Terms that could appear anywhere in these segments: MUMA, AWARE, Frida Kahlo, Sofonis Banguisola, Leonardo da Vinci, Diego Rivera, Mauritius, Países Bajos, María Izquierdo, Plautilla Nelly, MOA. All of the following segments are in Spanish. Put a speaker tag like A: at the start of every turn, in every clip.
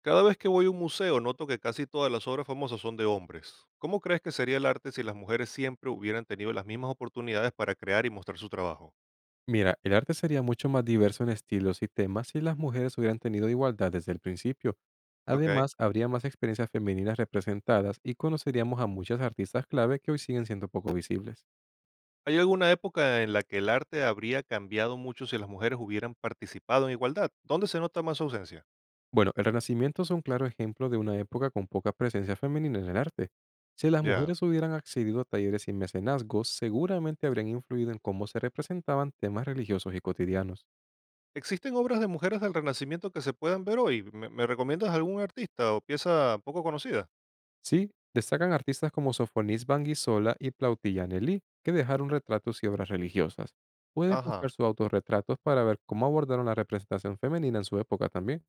A: Cada vez que voy a un museo noto que casi todas las obras famosas son de hombres. ¿Cómo crees que sería el arte si las mujeres siempre hubieran tenido las mismas oportunidades para crear y mostrar su trabajo?
B: Mira, el arte sería mucho más diverso en estilos y temas si las mujeres hubieran tenido igualdad desde el principio.
A: ¿Ok?
B: Además, habría más experiencias femeninas representadas y conoceríamos a muchas artistas clave que hoy siguen siendo poco visibles.
A: ¿Hay alguna época en la que el arte habría cambiado mucho si las mujeres hubieran participado en igualdad? ¿Dónde se nota más su ausencia?
B: Bueno, el Renacimiento es un claro ejemplo de una época con poca presencia femenina en el arte. Si las
A: Ya.
B: mujeres hubieran accedido a talleres y mecenazgos, seguramente habrían influido en cómo se representaban temas religiosos y cotidianos.
A: ¿Existen obras de mujeres del Renacimiento que se puedan ver hoy? ¿Me recomiendas algún artista o pieza poco conocida?
B: Sí, destacan artistas como Sofonis Banguisola y Plautilla Nelly, que dejaron retratos y obras religiosas. Puedes buscar
A: Ajá.
B: sus autorretratos para ver cómo abordaron la representación femenina en su época también.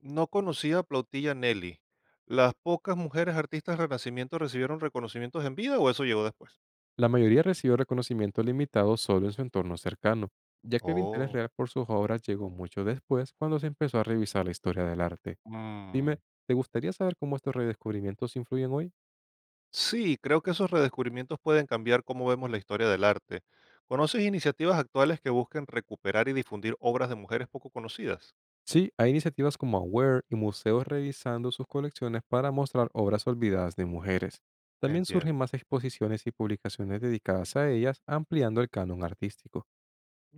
A: No conocía a Plautilla Nelly. ¿Las pocas mujeres artistas Renacimiento recibieron reconocimientos en vida o eso llegó después?
B: La mayoría recibió reconocimiento limitado solo en su entorno cercano, ya que el interés
A: Oh.
B: real por sus obras llegó mucho después cuando se empezó a revisar la historia del arte. Dime,
A: Mm.
B: ¿te gustaría saber cómo estos redescubrimientos influyen hoy?
A: Sí, creo que esos redescubrimientos pueden cambiar cómo vemos la historia del arte. ¿Conoces iniciativas actuales que busquen recuperar y difundir obras de mujeres poco conocidas?
B: Sí, hay iniciativas como AWARE y museos revisando sus colecciones para mostrar obras olvidadas de mujeres. También
A: Entiendo.
B: surgen más exposiciones y publicaciones dedicadas a ellas, ampliando el canon artístico.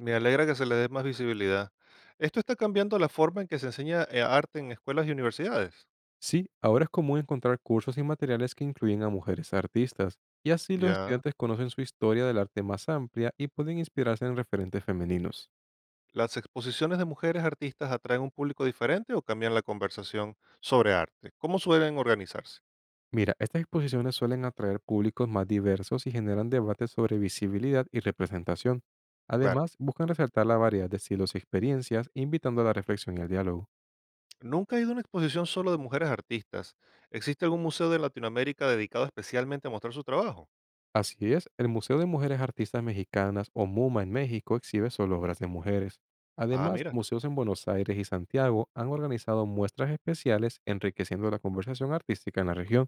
A: Me alegra que se les dé más visibilidad. Esto está cambiando la forma en que se enseña arte en escuelas y universidades.
B: Sí, ahora es común encontrar cursos y materiales que incluyen a mujeres artistas, y así los
A: Ya.
B: estudiantes conocen su historia del arte más amplia y pueden inspirarse en referentes femeninos.
A: ¿Las exposiciones de mujeres artistas atraen un público diferente o cambian la conversación sobre arte? ¿Cómo suelen organizarse?
B: Mira, estas exposiciones suelen atraer públicos más diversos y generan debates sobre visibilidad y representación.
A: Claro,
B: Además, buscan resaltar la variedad de estilos y experiencias, invitando a la reflexión y al diálogo.
A: nunca he ido a una exposición solo de mujeres artistas. ¿Existe algún museo de Latinoamérica dedicado especialmente a mostrar su trabajo?
B: Así es, el Museo de Mujeres Artistas Mexicanas o MUMA en México exhibe solo obras de mujeres.
A: Ah,
B: Además,
A: mira,
B: museos en Buenos Aires y Santiago han organizado muestras especiales enriqueciendo la conversación artística en la región.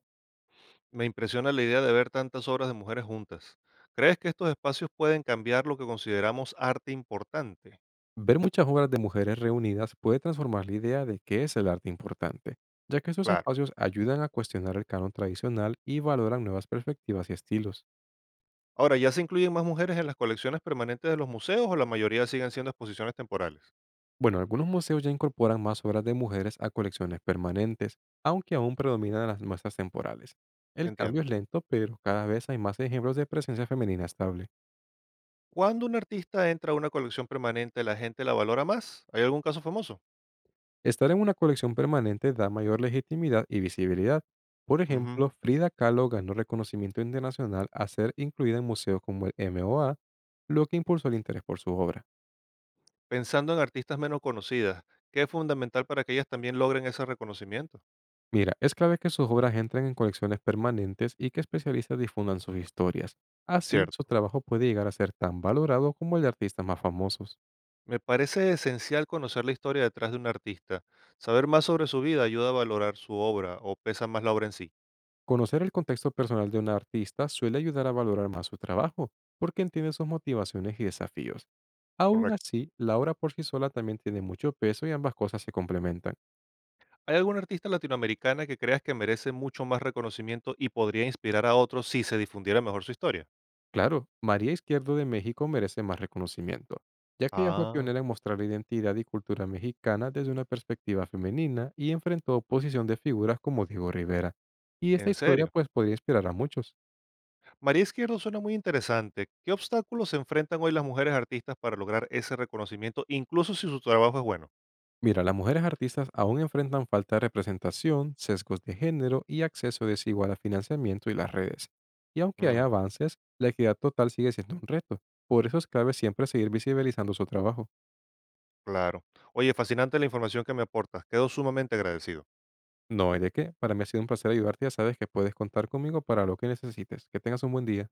A: me impresiona la idea de ver tantas obras de mujeres juntas. ¿Crees que estos espacios pueden cambiar lo que consideramos arte importante?
B: Ver muchas obras de mujeres reunidas puede transformar la idea de qué es el arte importante, ya que estos
A: Claro.
B: espacios ayudan a cuestionar el canon tradicional y valoran nuevas perspectivas y estilos.
A: Ahora, ¿ya se incluyen más mujeres en las colecciones permanentes de los museos o la mayoría siguen siendo exposiciones temporales?
B: Bueno, algunos museos ya incorporan más obras de mujeres a colecciones permanentes, aunque aún predominan las muestras temporales. El
A: Entiendo.
B: cambio es lento, pero cada vez hay más ejemplos de presencia femenina estable.
A: Cuando un artista entra a una colección permanente, la gente la valora más. ¿Hay algún caso famoso?
B: Estar en una colección permanente da mayor legitimidad y visibilidad. Por
A: Ujú.
B: ejemplo, Frida Kahlo ganó reconocimiento internacional al ser incluida en museos como el MOA, lo que impulsó el interés por su obra.
A: Pensando en artistas menos conocidas, ¿qué es fundamental para que ellas también logren ese reconocimiento?
B: Mira, es clave que sus obras entren en colecciones permanentes y que especialistas difundan sus historias. Así,
A: Cierto.
B: su trabajo puede llegar a ser tan valorado como el de artistas más famosos.
A: Me parece esencial conocer la historia detrás de un artista. Saber más sobre su vida ayuda a valorar su obra o pesa más la obra en sí.
B: Conocer el contexto personal de un artista suele ayudar a valorar más su trabajo, porque entiende sus motivaciones y desafíos. Aún
A: Correcto.
B: así, la obra por sí sola también tiene mucho peso y ambas cosas se complementan.
A: ¿Hay alguna artista latinoamericana que creas que merece mucho más reconocimiento y podría inspirar a otros si se difundiera mejor su historia?
B: Claro, María Izquierdo de México merece más reconocimiento, ya que ella fue
A: Ah,
B: pionera en mostrar la identidad y cultura mexicana desde una perspectiva femenina y enfrentó oposición de figuras como Diego Rivera. Y esta
A: ¿en
B: historia
A: serio?
B: pues podría inspirar a muchos.
A: María Izquierdo suena muy interesante. ¿Qué obstáculos se enfrentan hoy las mujeres artistas para lograr ese reconocimiento, incluso si su trabajo es bueno?
B: Mira, las mujeres artistas aún enfrentan falta de representación, sesgos de género y acceso desigual a financiamiento y las redes. Y aunque hay
A: Mm,
B: avances, la equidad total sigue siendo un reto. Por eso es clave siempre seguir visibilizando su trabajo.
A: claro. Oye, fascinante la información que me aportas. Quedo sumamente agradecido.
B: No hay de qué. Para mí ha sido un placer ayudarte. Ya sabes que puedes contar conmigo para lo que necesites. Que tengas un buen día.